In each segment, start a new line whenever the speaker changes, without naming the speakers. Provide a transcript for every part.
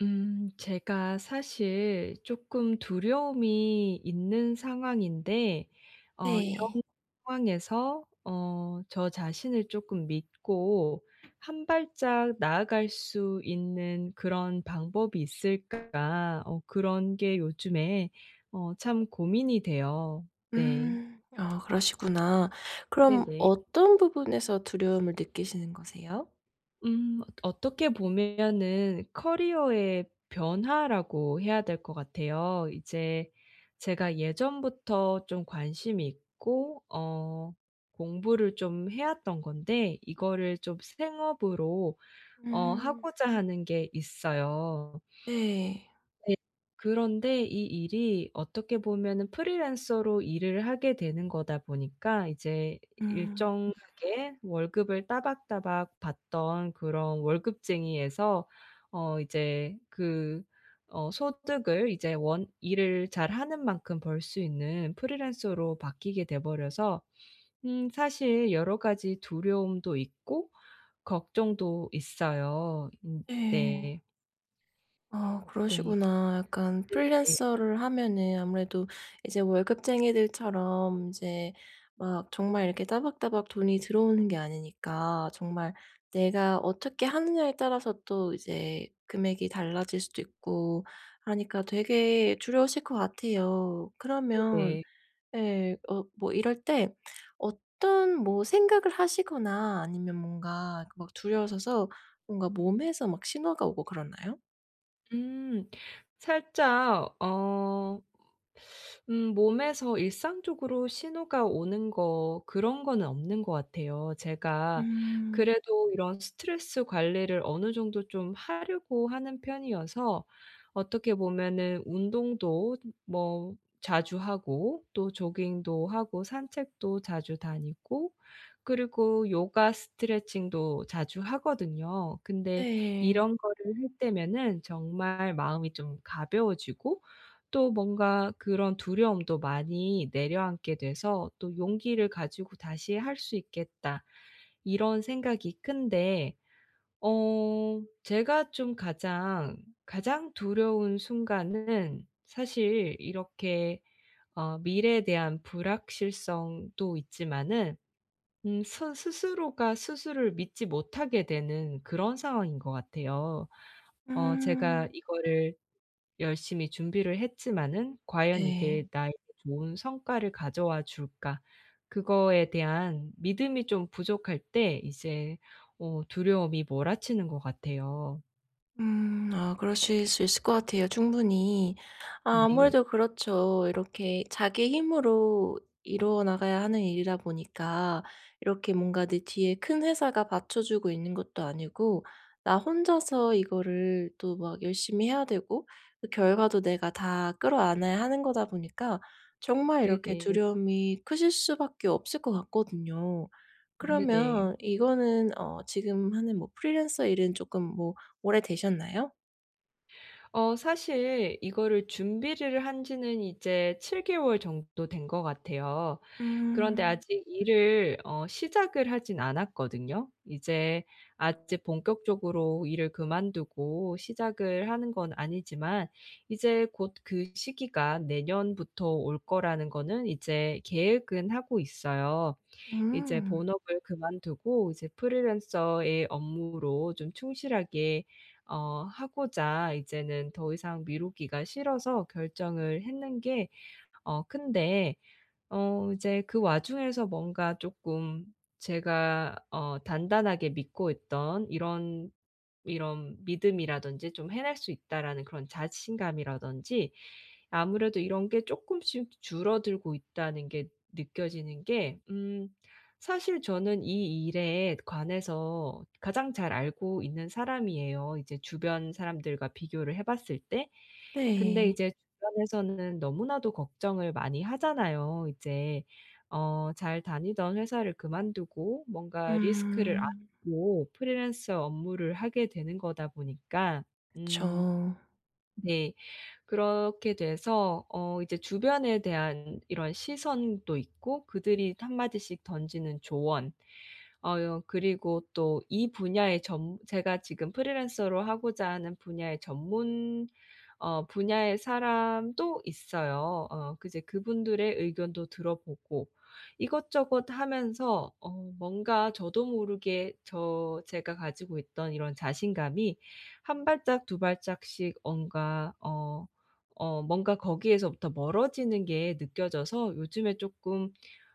제가 사실 조금 두려움이 있는 상황인데, 이런
네.
상황에서 저 자신을 조금 믿고 '한 발짝 나아갈 수 있는 그런 방법이 있을까?' 그런 게 요즘에 참 고민이 돼요. 네.
음. 아 그러시구나. 그럼
네네.
어떤 부분에서 두려움을 느끼시는 거세요?
어떻게 보면은 커리어의 변화라고 해야 될 것 같아요. 이제 제가 예전부터 좀 관심이 있고 공부를 좀 해왔던 건데, 이거를 좀 생업으로
음.
하고자 하는 게 있어요.
네.
네. 그런데 이 일이 어떻게 보면은 프리랜서로 일을 하게 되는 거다 보니까, 이제
음.
일정하게 월급을 따박따박 받던 그런 월급쟁이에서 이제 그 소득을 이제 원 일을 잘하는 만큼 벌 수 있는 프리랜서로 바뀌게 돼 버려서, 사실 여러 가지 두려움도 있고 걱정도 있어요. 음.
네.
네.
아
네.
그러시구나. 약간 프리랜서를 하면은 아무래도 이제 월급쟁이들처럼 이제 막 정말 이렇게 따박따박 돈이 들어오는 게 아니니까 정말 내가 어떻게 하느냐에 따라서 또 이제 금액이 달라질 수도 있고 하니까 되게 두려우실 것 같아요. 그러면
네네.
예 뭐 이럴 때 어떤 뭐 생각을 하시거나 아니면 뭔가 그 막 두려워서 뭔가 몸에서 막 신호가 오고 그러나요?
음. 살짝 몸에서 일상적으로 신호가 오는 거 그런 거는 없는 것 같아요. 제가
음.
그래도 이런 스트레스 관리를 어느 정도 좀 하려고 하는 편이어서, 어떻게 보면은 운동도 뭐 자주 하고, 또 조깅도 하고 산책도 자주 다니고, 그리고 요가 스트레칭도 자주 하거든요. 근데
네.
이런 거를 할 때면은 정말 마음이 좀 가벼워지고, 또 뭔가 그런 두려움도 많이 내려앉게 돼서 또 '용기를 가지고 다시 할 수 있겠다.' 이런 생각이 큰데, 제가 좀 가장, 가장 두려운 순간은 사실 이렇게 미래에 대한 불확실성도 있지만은, 스 스스로가 스스로를 믿지 못하게 되는 그런 상황인 것 같아요. 제가
음.
이거를 열심히 준비를 했지만은 과연
네.
이게 나에게 좋은 성과를 가져와 줄까? 그거에 대한 믿음이 좀 부족할 때, 이제 두려움이 몰아치는 것 같아요.
음. 아 그러실 수 있을 것 같아요 충분히. 아
네.
아무래도 그렇죠. 이렇게 자기 힘으로 이루어 나가야 하는 일이다 보니까 이렇게 뭔가 내 뒤에 큰 회사가 받쳐주고 있는 것도 아니고 나 혼자서 이거를 또 막 열심히 해야 되고 그 결과도 내가 다 끌어안아야 하는 거다 보니까 정말 이렇게
네.
두려움이 크실 수밖에 없을 것 같거든요.
네네. 네.
그러면 이거는 지금 하는 뭐 프리랜서 일은 조금 뭐 오래되셨나요?
사실 이거를 준비를 한 지는 이제 7개월 개월 정도 된 것 같아요. 그런데
음.
아직 일을 시작을 하진 않았거든요. 이제 아직 본격적으로 일을 그만두고 시작을 하는 건 아니지만, 이제 곧 그 시기가 내년부터 올 거라는 거는 이제 계획은 하고 있어요. 이제
음.
본업을 그만두고 이제 프리랜서의 업무로 좀 충실하게 하고자, 이제는 더 이상 미루기가 싫어서 결정을 했는 게 큰데, 이제 그 와중에서 뭔가 조금 제가 단단하게 믿고 있던 이런 믿음이라든지 좀 해낼 수 있다라는 그런 자신감이라든지, 아무래도 이런 게 조금씩 줄어들고 있다는 게 느껴지는 게, 사실 저는 이 일에 관해서 가장 잘 알고 있는 사람이에요, 이제 주변 사람들과 비교를 해 봤을 때. 근데
네.
이제 주변에서는 너무나도 걱정을 많이 하잖아요. 이제 잘 다니던 회사를 그만두고 뭔가 리스크를
음.
안고 프리랜서 업무를 하게 되는 거다 보니까. 음.
그쵸.
네. 그렇게 돼서 이제 주변에 대한 이런 시선도 있고, 그들이 한마디씩 던지는 조언, 그리고 또 이 분야의 전 제가 지금 프리랜서로 하고자 하는 분야의 전문 분야의 사람도 있어요. 그제 그분들의 의견도 들어보고 이것저것 하면서, 뭔가 저도 모르게 제가 가지고 있던 이런 자신감이 한 발짝 두 발짝씩 뭔가 뭔가 거기에서부터 멀어지는 게 느껴져서 요즘에 조금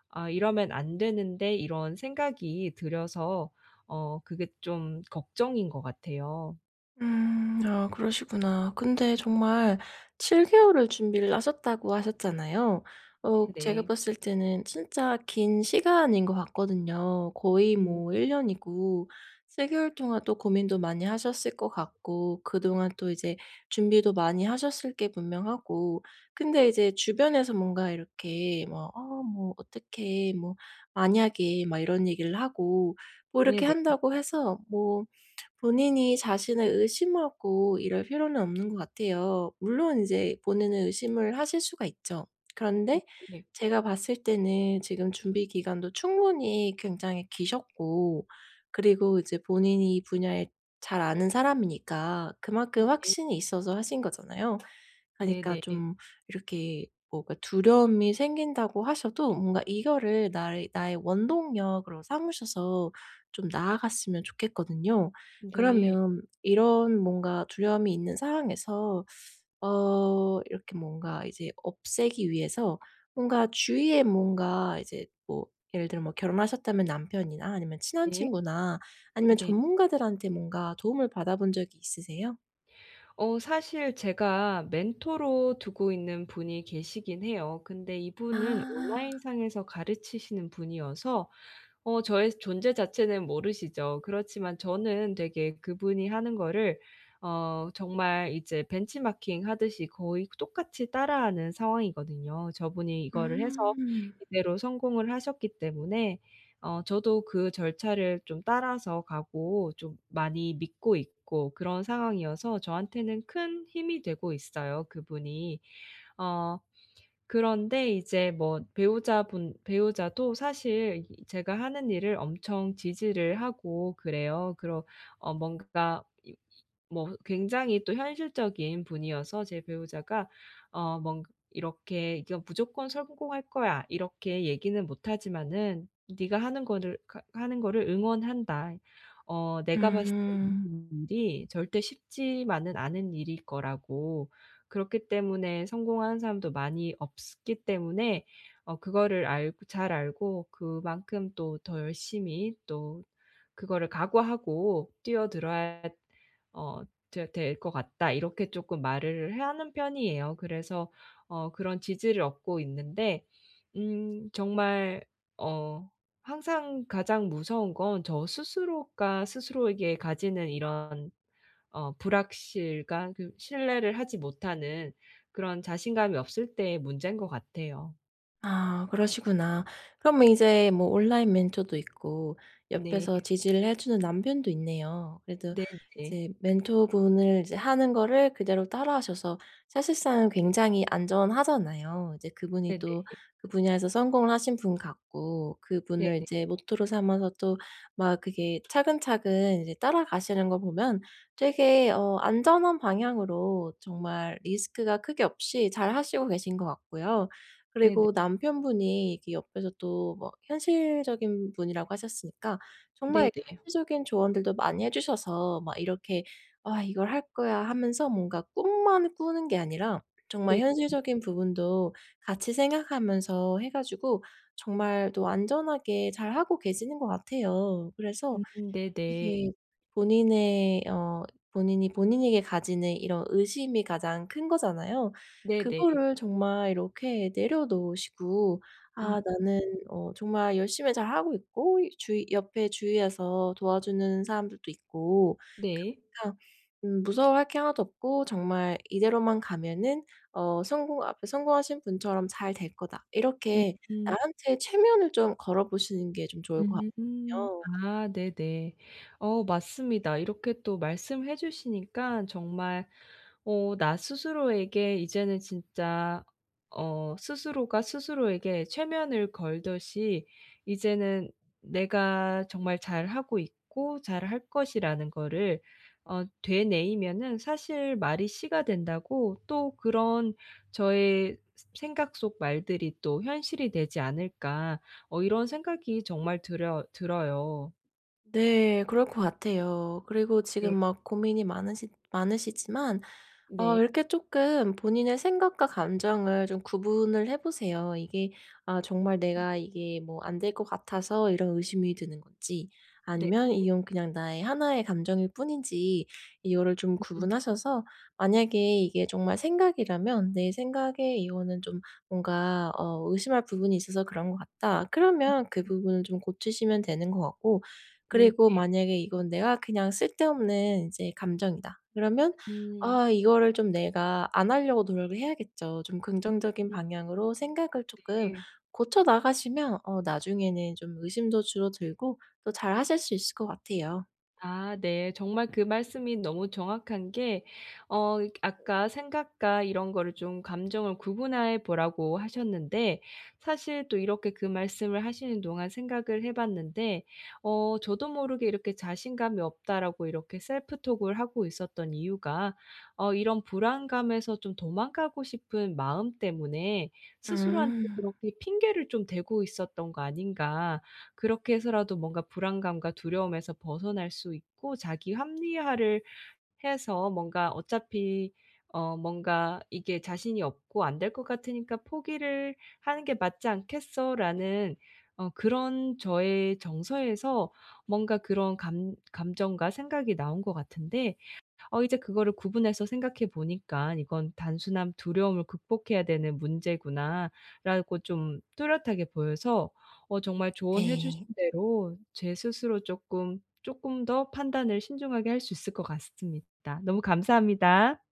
'아 이러면 안 되는데.' 이런 생각이 들어서 그게 좀 걱정인 것 같아요.
음. 아 그러시구나. 근데 정말 7개월 개월을 준비를 하셨다고 하셨잖아요. 제가
네.
봤을 때는 진짜 긴 시간인 것 같거든요. 거의
네.
뭐 1년 년이고 7개월 개월 동안 또 고민도 많이 하셨을 것 같고 그동안 또 이제 준비도 많이 하셨을 게 분명하고 근데 이제 주변에서 뭔가 이렇게 뭐 "어 뭐 어떻게 뭐 만약에." 막 이런 얘기를 하고 뭐 이렇게
네.
한다고 해서 뭐 본인이 자신을 의심하고 이럴 필요는 없는 것 같아요. 물론 이제 본인은 의심을 하실 수가 있죠. 그런데
네네.
제가 봤을 때는 지금 준비 기간도 충분히 굉장히 기셨고 그리고 이제 본인이 이 분야에 잘 아는 사람이니까 그만큼
네.
확신이 있어서 하신 거잖아요. 그러니까
네네.
좀 이렇게 뭔가 두려움이 생긴다고 하셔도 뭔가 이거를 나의 원동력으로 삼으셔서 좀 나아갔으면 좋겠거든요.
네.
그러면 이런 뭔가 두려움이 있는 상황에서 이렇게 뭔가 이제 없애기 위해서 뭔가 주위에 뭔가 이제 뭐 예를 들어 뭐 결혼하셨다면 남편이나 아니면 친한
네.
친구나 아니면
네.
전문가들한테 뭔가 도움을 받아본 적이 있으세요?
사실 제가 멘토로 두고 있는 분이 계시긴 해요. 근데 이분은
아.
온라인상에서 가르치시는 분이어서 저의 존재 자체는 모르시죠. 그렇지만 저는 되게 그분이 하는 거를 정말 이제 벤치마킹 하듯이 거의 똑같이 따라하는 상황이거든요. 저분이 이거를 해서
음.
이대로 성공을 하셨기 때문에 저도 그 절차를 좀 따라서 가고 좀 많이 믿고 있고 그런 상황이어서, 저한테는 큰 힘이 되고 있어요, 그분이. 어 그런데 이제 뭐 배우자분 배우자도 사실 이 제가 하는 일을 엄청 지지를 하고 그래요. 그러 어 뭔가 뭐 굉장히 또 현실적인 분이어서, 제 배우자가 어 뭔 이렇게 "이거 무조건 성공할 거야." 이렇게 얘기는 못 하지만은, "네가 하는 거를 가 하는 거를 응원한다. 내가 봤을 때
음.
일이 절대 쉽지만은 않은 일일 거라고. 그렇기 때문에 성공하는 사람도 많이 없기 때문에, 그거를 알고 잘 알고 그만큼 또 더 열심히 또 그거를 각오하고 뛰어들어야" 어 될 것 같다." 이렇게 조금 말을 해 하는 편이에요. 그래서 그런 지지를 얻고 있는데, 정말 어 항상 가장 무서운 건, 저 스스로가 스스로에게 가지는 이런 불확실감, 그 신뢰를 하지 못하는 그런 자신감이 없을 때의 문제인 것 같아요.
아 그러시구나. 그러면 이제 뭐 온라인 멘토도 있고
네.
옆에서 지지를 해 주는 남편도 있네요. 그래도
네네.
이제 멘토분을 이제 하는 거를 그대로 따라하셔서 사실상 굉장히 안전하잖아요. 이제 그분이
네네.
또 그 분야에서 성공을 하신 분 같고 그분을
네네.
이제 모토로 삼아서 또 막 그게 차근차근 이제 따라가시는 거 보면 되게 안전한 방향으로 정말 리스크가 크게 없이 잘 하시고 계신 것 같고요.
네네.
그리고 남편분이 이게 옆에서 또 뭐 현실적인 분이라고 하셨으니까 정말
네네.
현실적인 조언들도 많이 해 주셔서 막 이렇게 '아 이걸 할 거야.' 하면서 뭔가 꿈만 꾸는 게 아니라 정말
네네.
현실적인 부분도 같이 생각하면서 해 가지고 정말 또 안전하게 잘하고 계시는 것 같아요. 그래서
음. 네네.
이게 본인의 어 본인이 본인에게 가지는 이런 의심이 가장 큰 거잖아요.
네네.
그거를 정말 이렇게 내려놓으시고
음.
'아 나는 정말 열심히 잘하고 있고 이 주위 옆에 주위에서 도와주는 사람들도 있고
네.
그러니까 무서워할 게 하나도 없고 정말 이대로만 가면은 성공하신 분처럼 잘 될 거다.' 이렇게
음음.
나한테 최면을 좀 걸어 보시는 게 좀 좋을 것
음.
같거든요.
아, 네네. 맞습니다. 이렇게 또 말씀해 주시니까 정말 나 스스로에게 이제는 진짜 스스로가 스스로에게 최면을 걸듯이 이제는 내가 정말 잘하고 있고 잘할 것이라는 거를 되뇌이면은, 사실 말이 씨가 된다고 또 그런 저의 생각 속 말들이 또 현실이 되지 않을까, 이런 생각이 정말 들어요.
네. 그럴 것 같아요. 그리고 지금
네.
막 고민이 많으시지만
네.
이렇게 조금 본인의 생각과 감정을 좀 구분을 해 보세요. 이게 아 정말 내가 이게 뭐 '안 될 것 같아서 이런 의심이 드는 건지
네.
아니면 이건 그냥 나의 하나의 감정일 뿐인지.' 이거를 좀
음.
구분하셔서 만약에 이게 정말 생각이라면 '내 생각에 이거는 좀 뭔가 의심할 부분이 있어서 그런 것 같다.' 그러면 그 부분을 좀 고치시면 되는 것 같고
네네.
그리고 만약에 이건 '내가 그냥 쓸데없는 이제 감정이다.' 그러면
음.
아 이거를 좀 내가 안 하려고 노력을 해야겠죠. 좀 긍정적인
음.
방향으로 생각을 조금
네.
고쳐 나가시면 나중에는 좀 의심도 줄어들고 또 잘하실 수 있을 것 같아요.
아, 네. 정말 그 말씀이 너무 정확한 게, 아까 생각과 이런 거를 좀 감정을 구분해 보라고 하셨는데, 사실 또 이렇게 그 말씀을 하시는 동안 생각을 해 봤는데, 저도 모르게 이렇게 '자신감이 없다.'라고 이렇게 셀프 톡을 하고 있었던 이유가, 이런 불안감에서 좀 도망가고 싶은 마음 때문에 스스로한테
음.
그렇게 핑계를 좀 대고 있었던 거 아닌가. 그렇게 해서라도 뭔가 불안감과 두려움에서 벗어날 수 있고 자기 합리화를 해서 뭔가 어차피, 뭔가 '이게 자신이 없고 안 될 것 같으니까 포기를 하는 게 맞지 않겠어.'라는, 그런 저의 정서에서 뭔가 그런 감 감정과 생각이 나온 것 같은데, 이제 그거를 구분해서 생각해 보니까 '이건 단순한 두려움을 극복해야 되는 문제구나.'라고 좀 뚜렷하게 보여서, 정말 조언해 주신
네.
대로 제 스스로 조금 더 판단을 신중하게 할 수 있을 것 같습니다. 너무 감사합니다.